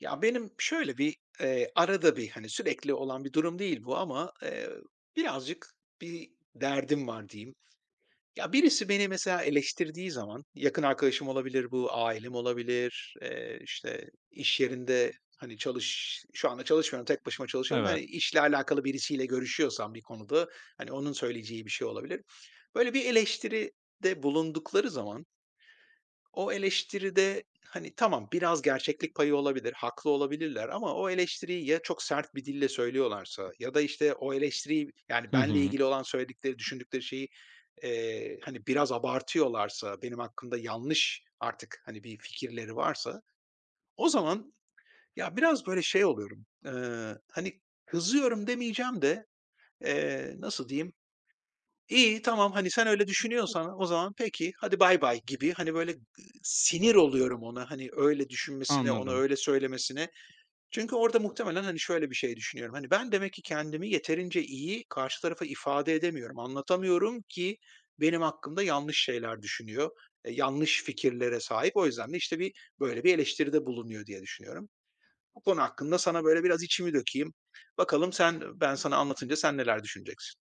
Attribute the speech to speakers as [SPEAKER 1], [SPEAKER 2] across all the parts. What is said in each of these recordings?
[SPEAKER 1] Ya, benim şöyle bir, arada bir, hani, sürekli olan bir durum değil bu ama, birazcık bir derdim var diyeyim. Ya, birisi beni mesela eleştirdiği zaman, yakın arkadaşım olabilir bu, ailem olabilir, işte, iş yerinde, hani, şu anda çalışmıyorum, tek başıma çalışıyorum
[SPEAKER 2] Evet.
[SPEAKER 1] hani, işle alakalı birisiyle görüşüyorsam bir konuda, hani, onun söyleyeceği bir şey olabilir. Böyle bir eleştiride bulundukları zaman, o eleştiride, hani, tamam, biraz gerçeklik payı olabilir, haklı olabilirler ama o eleştiriyi ya çok sert bir dille söylüyorlarsa ya da, işte, o eleştiriyi, yani,
[SPEAKER 2] Hı
[SPEAKER 1] benle
[SPEAKER 2] hı.
[SPEAKER 1] ilgili olan söyledikleri, düşündükleri şeyi, hani, biraz abartıyorlarsa, benim hakkımda yanlış artık, hani, bir fikirleri varsa o zaman ya, biraz, böyle, şey oluyorum, hani, kızıyorum demeyeceğim de, nasıl diyeyim, İyi, tamam, hani, sen öyle düşünüyorsan o zaman peki, hadi bay bay gibi, hani, böyle, sinir oluyorum ona, hani, öyle düşünmesine, onu
[SPEAKER 2] Anladım.
[SPEAKER 1] öyle söylemesine. Çünkü orada muhtemelen, hani, şöyle bir şey düşünüyorum, hani, ben demek ki kendimi yeterince iyi karşı tarafa ifade edemiyorum, anlatamıyorum ki benim hakkımda yanlış şeyler düşünüyor, yanlış fikirlere sahip. O yüzden de, işte, böyle bir eleştiride bulunuyor diye düşünüyorum. Bu konu hakkında sana böyle biraz içimi dökeyim. Bakalım ben sana anlatınca sen neler düşüneceksin?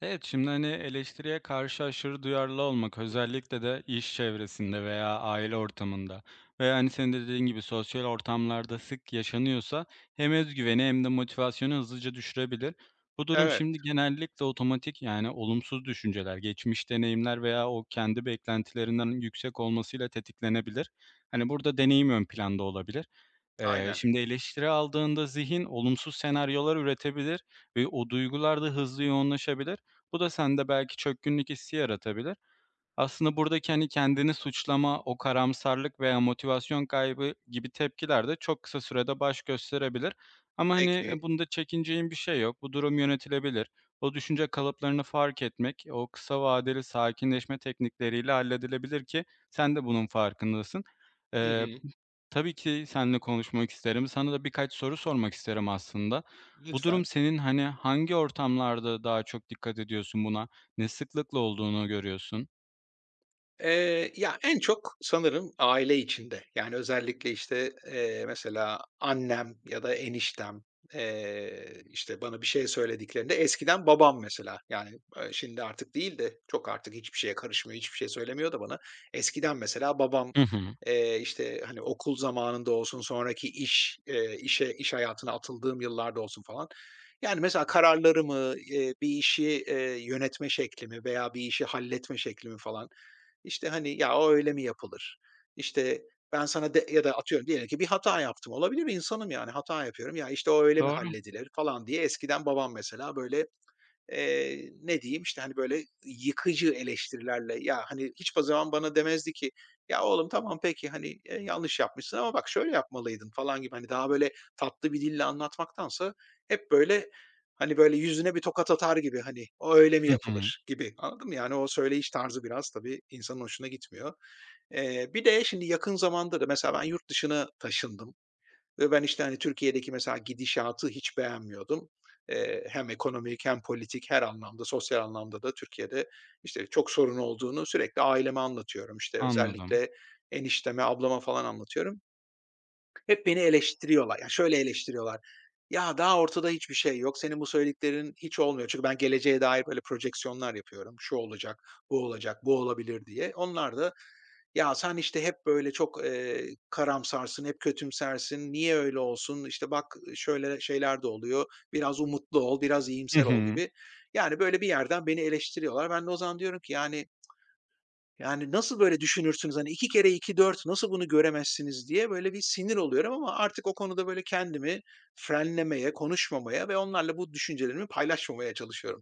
[SPEAKER 2] Evet, şimdi hani eleştiriye karşı aşırı duyarlı olmak özellikle de iş çevresinde veya aile ortamında veya hani senin de dediğin gibi sosyal ortamlarda sık yaşanıyorsa hem özgüveni hem de motivasyonu hızlıca düşürebilir. Bu durum
[SPEAKER 1] Evet,
[SPEAKER 2] şimdi genellikle otomatik yani olumsuz düşünceler, geçmiş deneyimler veya o kendi beklentilerinden yüksek olmasıyla tetiklenebilir. Hani burada deneyim ön planda olabilir. Eee,
[SPEAKER 1] aynen.
[SPEAKER 2] şimdi eleştiri aldığında zihin olumsuz senaryolar üretebilir ve o duygular da hızlı yoğunlaşabilir. Bu da sende belki çökkünlük hissi yaratabilir. Aslında buradaki hani kendini suçlama, o karamsarlık veya motivasyon kaybı gibi tepkiler de çok kısa sürede baş gösterebilir. Ama hani
[SPEAKER 1] Peki.
[SPEAKER 2] bunda çekineceğin bir şey yok. Bu durum yönetilebilir. O düşünce kalıplarını fark etmek, o kısa vadeli sakinleşme teknikleriyle halledilebilir ki sen de bunun farkındasın.
[SPEAKER 1] Hı
[SPEAKER 2] Eee,
[SPEAKER 1] hı.
[SPEAKER 2] Tabii ki seninle konuşmak isterim. Sana da birkaç soru sormak isterim aslında. Bu durum
[SPEAKER 1] Lütfen.
[SPEAKER 2] senin, hani, hangi ortamlarda daha çok dikkat ediyorsun buna? Ne sıklıkla olduğunu görüyorsun?
[SPEAKER 1] Ya, en çok sanırım aile içinde. Yani, özellikle, işte, mesela annem ya da eniştem, işte, bana bir şey söylediklerinde eskiden babam mesela, yani, şimdi artık değil de çok artık hiçbir şeye karışmıyor, hiçbir şey söylemiyor da bana. Eskiden mesela babam,
[SPEAKER 2] Hı hı.
[SPEAKER 1] işte, hani, okul zamanında olsun, sonraki iş hayatına atıldığım yıllarda olsun falan, yani, mesela kararlarımı, bir işi, yönetme şeklimi veya bir işi halletme şeklimi falan, işte, hani, "Ya, o öyle mi yapılır?" İşte, ben sana de ya da atıyorum diyelim ki bir hata yaptım. Olabilir, insanım yani, hata yapıyorum. "Ya, işte, o öyle mi
[SPEAKER 2] Doğru.
[SPEAKER 1] halledilir?" falan diye eskiden babam mesela böyle. Ne diyeyim, işte, hani, böyle yıkıcı eleştirilerle, ya, hani, hiç o zaman bana demezdi ki, "Ya, oğlum tamam peki, hani, yanlış yapmışsın ama bak şöyle yapmalıydın." falan gibi, hani, daha böyle tatlı bir dille anlatmaktansa hep böyle, hani, böyle yüzüne bir tokat atar gibi, hani, "O öyle mi
[SPEAKER 2] Hı hı.
[SPEAKER 1] yapılır?" gibi, anladın mı? Yani o söyleyiş tarzı biraz tabii insanın hoşuna gitmiyor. Bir de şimdi yakın zamanda da mesela ben yurt dışına taşındım. Ve ben, işte, hani, Türkiye'deki mesela gidişatı hiç beğenmiyordum. Hem ekonomik hem politik her anlamda, sosyal anlamda da Türkiye'de, işte, çok sorun olduğunu sürekli aileme anlatıyorum. İşte,
[SPEAKER 2] Anladım.
[SPEAKER 1] özellikle enişteme, ablama falan anlatıyorum. Hep beni eleştiriyorlar. Ya, şöyle eleştiriyorlar: "Ya, daha ortada hiçbir şey yok. Senin bu söylediklerin hiç olmuyor." Çünkü ben geleceğe dair böyle projeksiyonlar yapıyorum. Şu olacak, bu olacak, bu olabilir diye. Onlar da ya, sen, işte, hep böyle çok, karamsarsın, hep kötümsersin, niye öyle olsun, İşte bak şöyle şeyler de oluyor, biraz umutlu ol, biraz
[SPEAKER 2] Hı
[SPEAKER 1] iyimser ol
[SPEAKER 2] hı.
[SPEAKER 1] gibi. Yani, böyle bir yerden beni eleştiriyorlar. Ben de o zaman diyorum ki, yani, nasıl böyle düşünürsünüz, hani, 2 kere 2 4 nasıl bunu göremezsiniz diye böyle bir sinir oluyorum ama artık o konuda böyle kendimi frenlemeye, konuşmamaya ve onlarla bu düşüncelerimi paylaşmamaya çalışıyorum.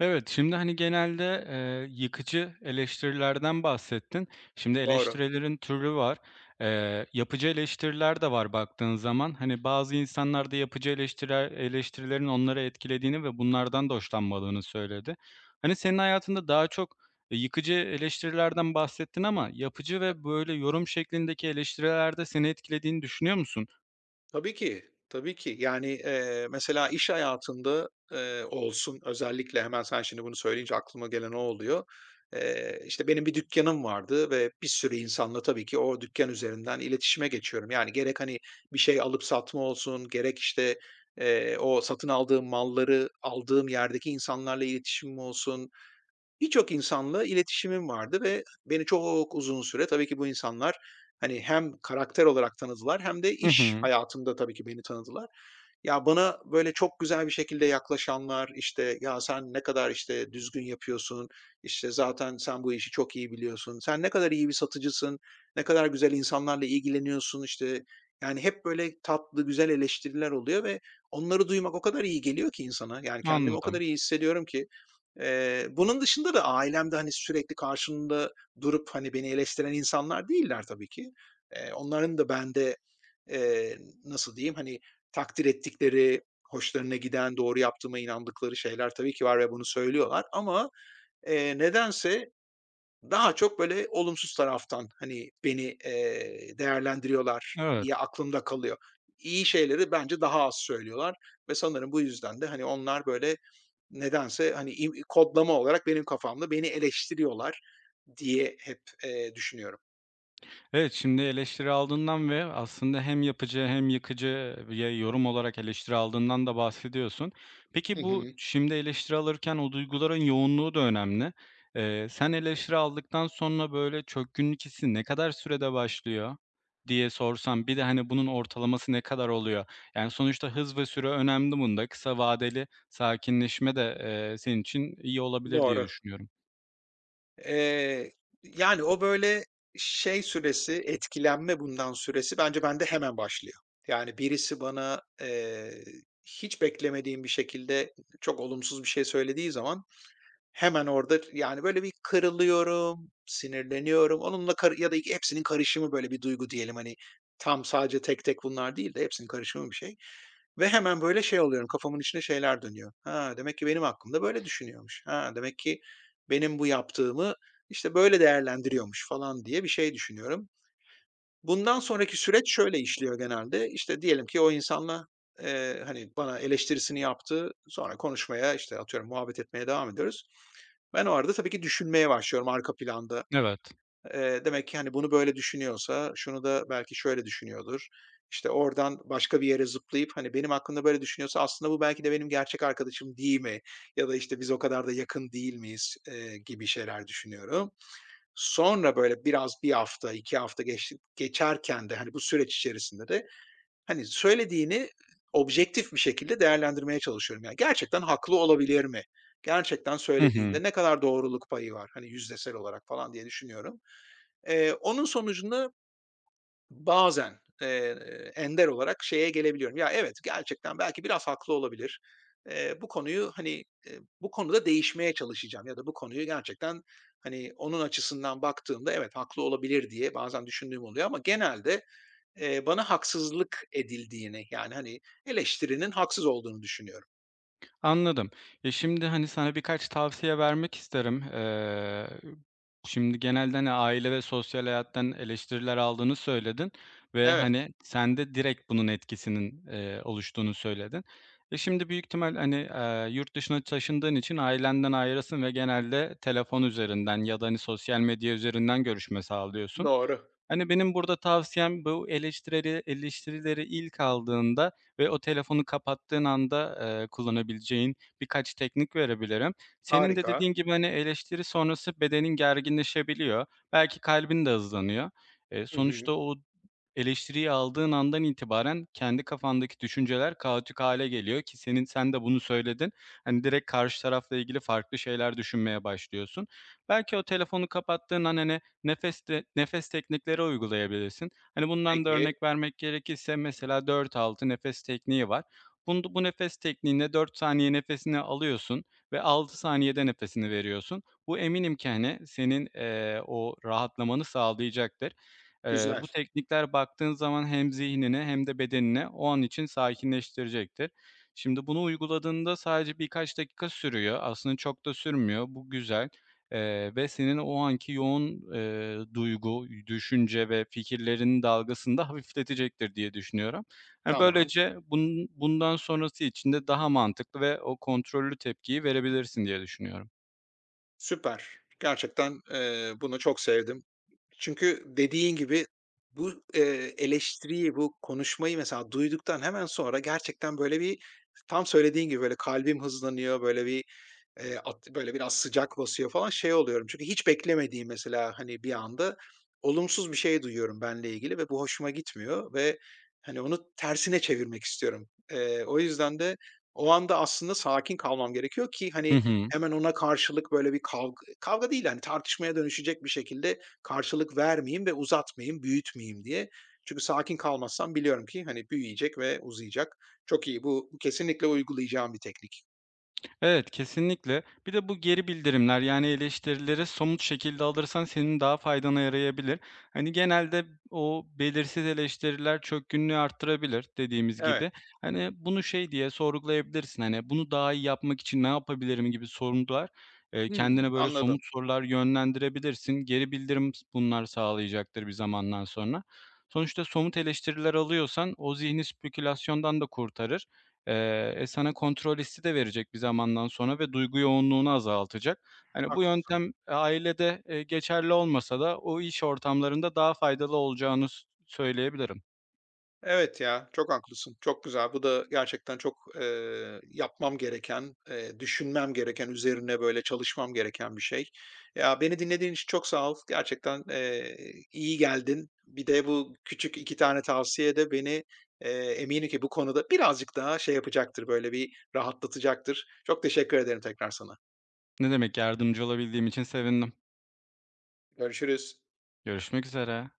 [SPEAKER 2] Evet, şimdi, hani, genelde, yıkıcı eleştirilerden bahsettin. Şimdi
[SPEAKER 1] Doğru.
[SPEAKER 2] eleştirilerin türü var. Yapıcı eleştiriler de var baktığın zaman. Hani, bazı insanlar da yapıcı eleştirilerin onları etkilediğini ve bunlardan da hoşlanmadığını söyledi. Hani, senin hayatında daha çok, yıkıcı eleştirilerden bahsettin ama yapıcı ve, böyle, yorum şeklindeki eleştirilerde seni etkilediğini düşünüyor musun?
[SPEAKER 1] Tabii ki, tabii ki. Yani, mesela iş hayatında, olsun özellikle hemen sen şimdi bunu söyleyince aklıma gelen o oluyor. İşte, benim bir dükkanım vardı ve bir sürü insanla tabii ki o dükkan üzerinden iletişime geçiyorum. Yani gerek, hani, bir şey alıp satma olsun, gerek, işte, o satın aldığım malları aldığım yerdeki insanlarla iletişimim olsun. Birçok insanla iletişimim vardı ve beni çok uzun süre tabii ki bu insanlar, hani, hem karakter olarak tanıdılar hem de
[SPEAKER 2] Hı
[SPEAKER 1] iş
[SPEAKER 2] hı,
[SPEAKER 1] hayatımda tabii ki beni tanıdılar. Ya, bana böyle çok güzel bir şekilde yaklaşanlar, işte, "Ya, sen ne kadar, işte, düzgün yapıyorsun, işte, zaten sen bu işi çok iyi biliyorsun, sen ne kadar iyi bir satıcısın, ne kadar güzel insanlarla ilgileniyorsun." işte, yani, hep böyle tatlı, güzel eleştiriler oluyor ve onları duymak o kadar iyi geliyor ki insana. Yani, kendimi o
[SPEAKER 2] anladım.
[SPEAKER 1] kadar iyi hissediyorum ki. Bunun dışında da ailemde, hani, sürekli karşımda durup, hani, beni eleştiren insanlar değiller tabii ki. Onların da bende, eee, nasıl diyeyim, hani, takdir ettikleri, hoşlarına giden, doğru yaptığıma inandıkları şeyler tabii ki var ve bunu söylüyorlar ama, nedense daha çok böyle olumsuz taraftan, hani, beni, değerlendiriyorlar
[SPEAKER 2] Evet.
[SPEAKER 1] diye aklımda kalıyor. İyi şeyleri bence daha az söylüyorlar ve sanırım bu yüzden de, hani, onlar böyle nedense, hani, im kodlama olarak benim kafamda beni eleştiriyorlar diye hep, düşünüyorum.
[SPEAKER 2] Evet, şimdi eleştiri aldığından ve aslında hem yapıcı hem yıkıcı ya yorum olarak eleştiri aldığından da bahsediyorsun.
[SPEAKER 1] Hı
[SPEAKER 2] Peki bu
[SPEAKER 1] hı.
[SPEAKER 2] şimdi eleştiri alırken o duyguların yoğunluğu da önemli. Sen eleştiri aldıktan sonra böyle çökkünlük hissi ne kadar sürede başlıyor diye sorsam bir de hani bunun ortalaması ne kadar oluyor? Yani sonuçta hız ve süre önemli bunda. Kısa vadeli sakinleşme de, senin için iyi olabilir diye
[SPEAKER 1] Doğru.
[SPEAKER 2] düşünüyorum.
[SPEAKER 1] Eee, yani o böyle şey süresi, etkilenme bundan süresi bence bende hemen başlıyor. Yani birisi bana hiç beklemediğim bir şekilde çok olumsuz bir şey söylediği zaman hemen orada yani böyle bir kırılıyorum, sinirleniyorum. Ya da hepsinin karışımı böyle bir duygu diyelim hani tam sadece tek tek bunlar değil de hepsinin karışımı bir şey. Ve hemen böyle şey oluyorum, kafamın içinde şeyler dönüyor. Ha, demek ki benim hakkımda böyle düşünüyormuş. Ha, demek ki benim bu yaptığımı, işte, böyle değerlendiriyormuş falan diye bir şey düşünüyorum. Bundan sonraki süreç şöyle işliyor genelde. İşte, diyelim ki o insanla, hani, bana eleştirisini yaptı. Sonra konuşmaya, işte, atıyorum muhabbet etmeye devam ediyoruz. Ben o arada tabii ki düşünmeye başlıyorum arka planda.
[SPEAKER 2] Evet.
[SPEAKER 1] Demek ki, hani, bunu böyle düşünüyorsa şunu da belki şöyle düşünüyordur. İşte, oradan başka bir yere zıplayıp, hani, benim hakkımda böyle düşünüyorsa aslında bu belki de benim gerçek arkadaşım değil mi? Ya da, işte, biz o kadar da yakın değil miyiz, gibi şeyler düşünüyorum. Sonra, böyle, biraz bir hafta, 2 hafta geçti geçerken de, hani, bu süreç içerisinde de, hani, söylediğini objektif bir şekilde değerlendirmeye çalışıyorum. Yani, gerçekten haklı olabilir mi? Gerçekten
[SPEAKER 2] Hı hı.
[SPEAKER 1] söylediğinde ne kadar doğruluk payı var, hani, yüzdesel olarak falan diye düşünüyorum. Onun sonucunda bazen, ender olarak şeye gelebiliyorum. Ya, evet, gerçekten belki biraz haklı olabilir. Bu konuyu, hani, bu konuda değişmeye çalışacağım ya da bu konuyu gerçekten, hani, onun açısından baktığımda evet haklı olabilir diye bazen düşündüğüm oluyor ama genelde, bana haksızlık edildiğini, yani, hani, eleştirinin haksız olduğunu düşünüyorum.
[SPEAKER 2] Anladım. Ya, şimdi, hani, sana birkaç tavsiye vermek isterim. Şimdi genelde, hani, aile ve sosyal hayattan eleştiriler aldığını söyledin ve,
[SPEAKER 1] Evet,
[SPEAKER 2] hani, sen de direkt bunun etkisinin, oluştuğunu söyledin. E, şimdi büyük ihtimal, hani, yurt dışına taşındığın için ailenden ayrısın ve genelde telefon üzerinden ya da, hani, sosyal medya üzerinden görüşme sağlıyorsun.
[SPEAKER 1] doğru.
[SPEAKER 2] Hani, benim burada tavsiyem bu eleştirileri ilk aldığında ve o telefonu kapattığın anda, kullanabileceğin birkaç teknik verebilirim. Senin de
[SPEAKER 1] Harika.
[SPEAKER 2] dediğin gibi, hani, eleştiri sonrası bedenin gerginleşebiliyor. Belki kalbin de hızlanıyor. Eee,
[SPEAKER 1] Hı hı.
[SPEAKER 2] sonuçta o eleştiriyi aldığın andan itibaren kendi kafandaki düşünceler kaotik hale geliyor ki sen de bunu söyledin. Hani, direkt karşı tarafla ilgili farklı şeyler düşünmeye başlıyorsun. Belki o telefonu kapattığın an, hani, nefes teknikleri uygulayabilirsin. Hani, bundan da
[SPEAKER 1] Peki,
[SPEAKER 2] örnek vermek gerekirse mesela 4-6 nefes tekniği var. Bu nefes tekniğinde 4 saniye nefesini alıyorsun ve 6 saniyede nefesini veriyorsun. Bu eminim ki, hani, senin, o rahatlamanı sağlayacaktır. Eee,
[SPEAKER 1] güzel.
[SPEAKER 2] bu teknikler baktığın zaman hem zihnini hem de bedenini o an için sakinleştirecektir. Şimdi bunu uyguladığında sadece birkaç dakika sürüyor. Aslında çok da sürmüyor. Bu güzel. Ve senin o anki yoğun, duygu, düşünce ve fikirlerinin dalgasını da hafifletecektir diye düşünüyorum. Hani,
[SPEAKER 1] Tamam.
[SPEAKER 2] böylece bunun bundan sonrası için de daha mantıklı ve o kontrollü tepkiyi verebilirsin diye düşünüyorum.
[SPEAKER 1] Süper. Gerçekten, bunu çok sevdim. Çünkü dediğin gibi bu, eleştiriyi, bu konuşmayı mesela duyduktan hemen sonra gerçekten böyle bir tam söylediğin gibi böyle kalbim hızlanıyor, böyle bir, at böyle biraz sıcak basıyor falan, şey oluyorum çünkü hiç beklemediğim mesela, hani, bir anda olumsuz bir şey duyuyorum benle ilgili ve bu hoşuma gitmiyor ve, hani, onu tersine çevirmek istiyorum. O yüzden de o anda aslında sakin kalmam gerekiyor ki,
[SPEAKER 2] Hı
[SPEAKER 1] hani,
[SPEAKER 2] hı.
[SPEAKER 1] hemen ona karşılık böyle bir kavga, kavga değil, hani, tartışmaya dönüşecek bir şekilde karşılık vermeyeyim ve uzatmayayım, büyütmeyeyim diye. Çünkü sakin kalmazsam biliyorum ki, hani, büyüyecek ve uzayacak. Çok iyi, bu kesinlikle uygulayacağım bir teknik.
[SPEAKER 2] Evet, kesinlikle. Bir de bu geri bildirimler, yani eleştirileri somut şekilde alırsan senin daha faydana yarayabilir. Hani, genelde o belirsiz eleştiriler çökkünlüğü arttırabilir dediğimiz gibi.
[SPEAKER 1] Evet.
[SPEAKER 2] Hani, bunu şey diye sorgulayabilirsin, hani, "Bunu daha iyi yapmak için ne yapabilirim?" gibi sorular,
[SPEAKER 1] Hımm,
[SPEAKER 2] kendine böyle
[SPEAKER 1] anladım,
[SPEAKER 2] somut sorular yönlendirebilirsin. Geri bildirim bunlar sağlayacaktır bir zamandan sonra. Sonuçta somut eleştiriler alıyorsan o zihni spekülasyondan da kurtarır. Sana kontrol hissi de verecek bir zamandan sonra ve duygu yoğunluğunu azaltacak. Hani, bu
[SPEAKER 1] haklısın.
[SPEAKER 2] yöntem ailede, geçerli olmasa da o iş ortamlarında daha faydalı olacağını söyleyebilirim.
[SPEAKER 1] Evet ya, çok haklısın. Çok güzel. Bu da gerçekten çok, yapmam gereken, düşünmem gereken, üzerine böyle çalışmam gereken bir şey. Ya, beni dinlediğin için çok sağ ol. Gerçekten, iyi geldin. Bir de bu küçük 2 tane tavsiye de beni, eee, eminim ki bu konuda birazcık daha şey yapacaktır, böyle bir rahatlatacaktır. Çok teşekkür ederim tekrar sana.
[SPEAKER 2] Ne demek, yardımcı olabildiğim için sevindim.
[SPEAKER 1] Görüşürüz.
[SPEAKER 2] Görüşmek üzere.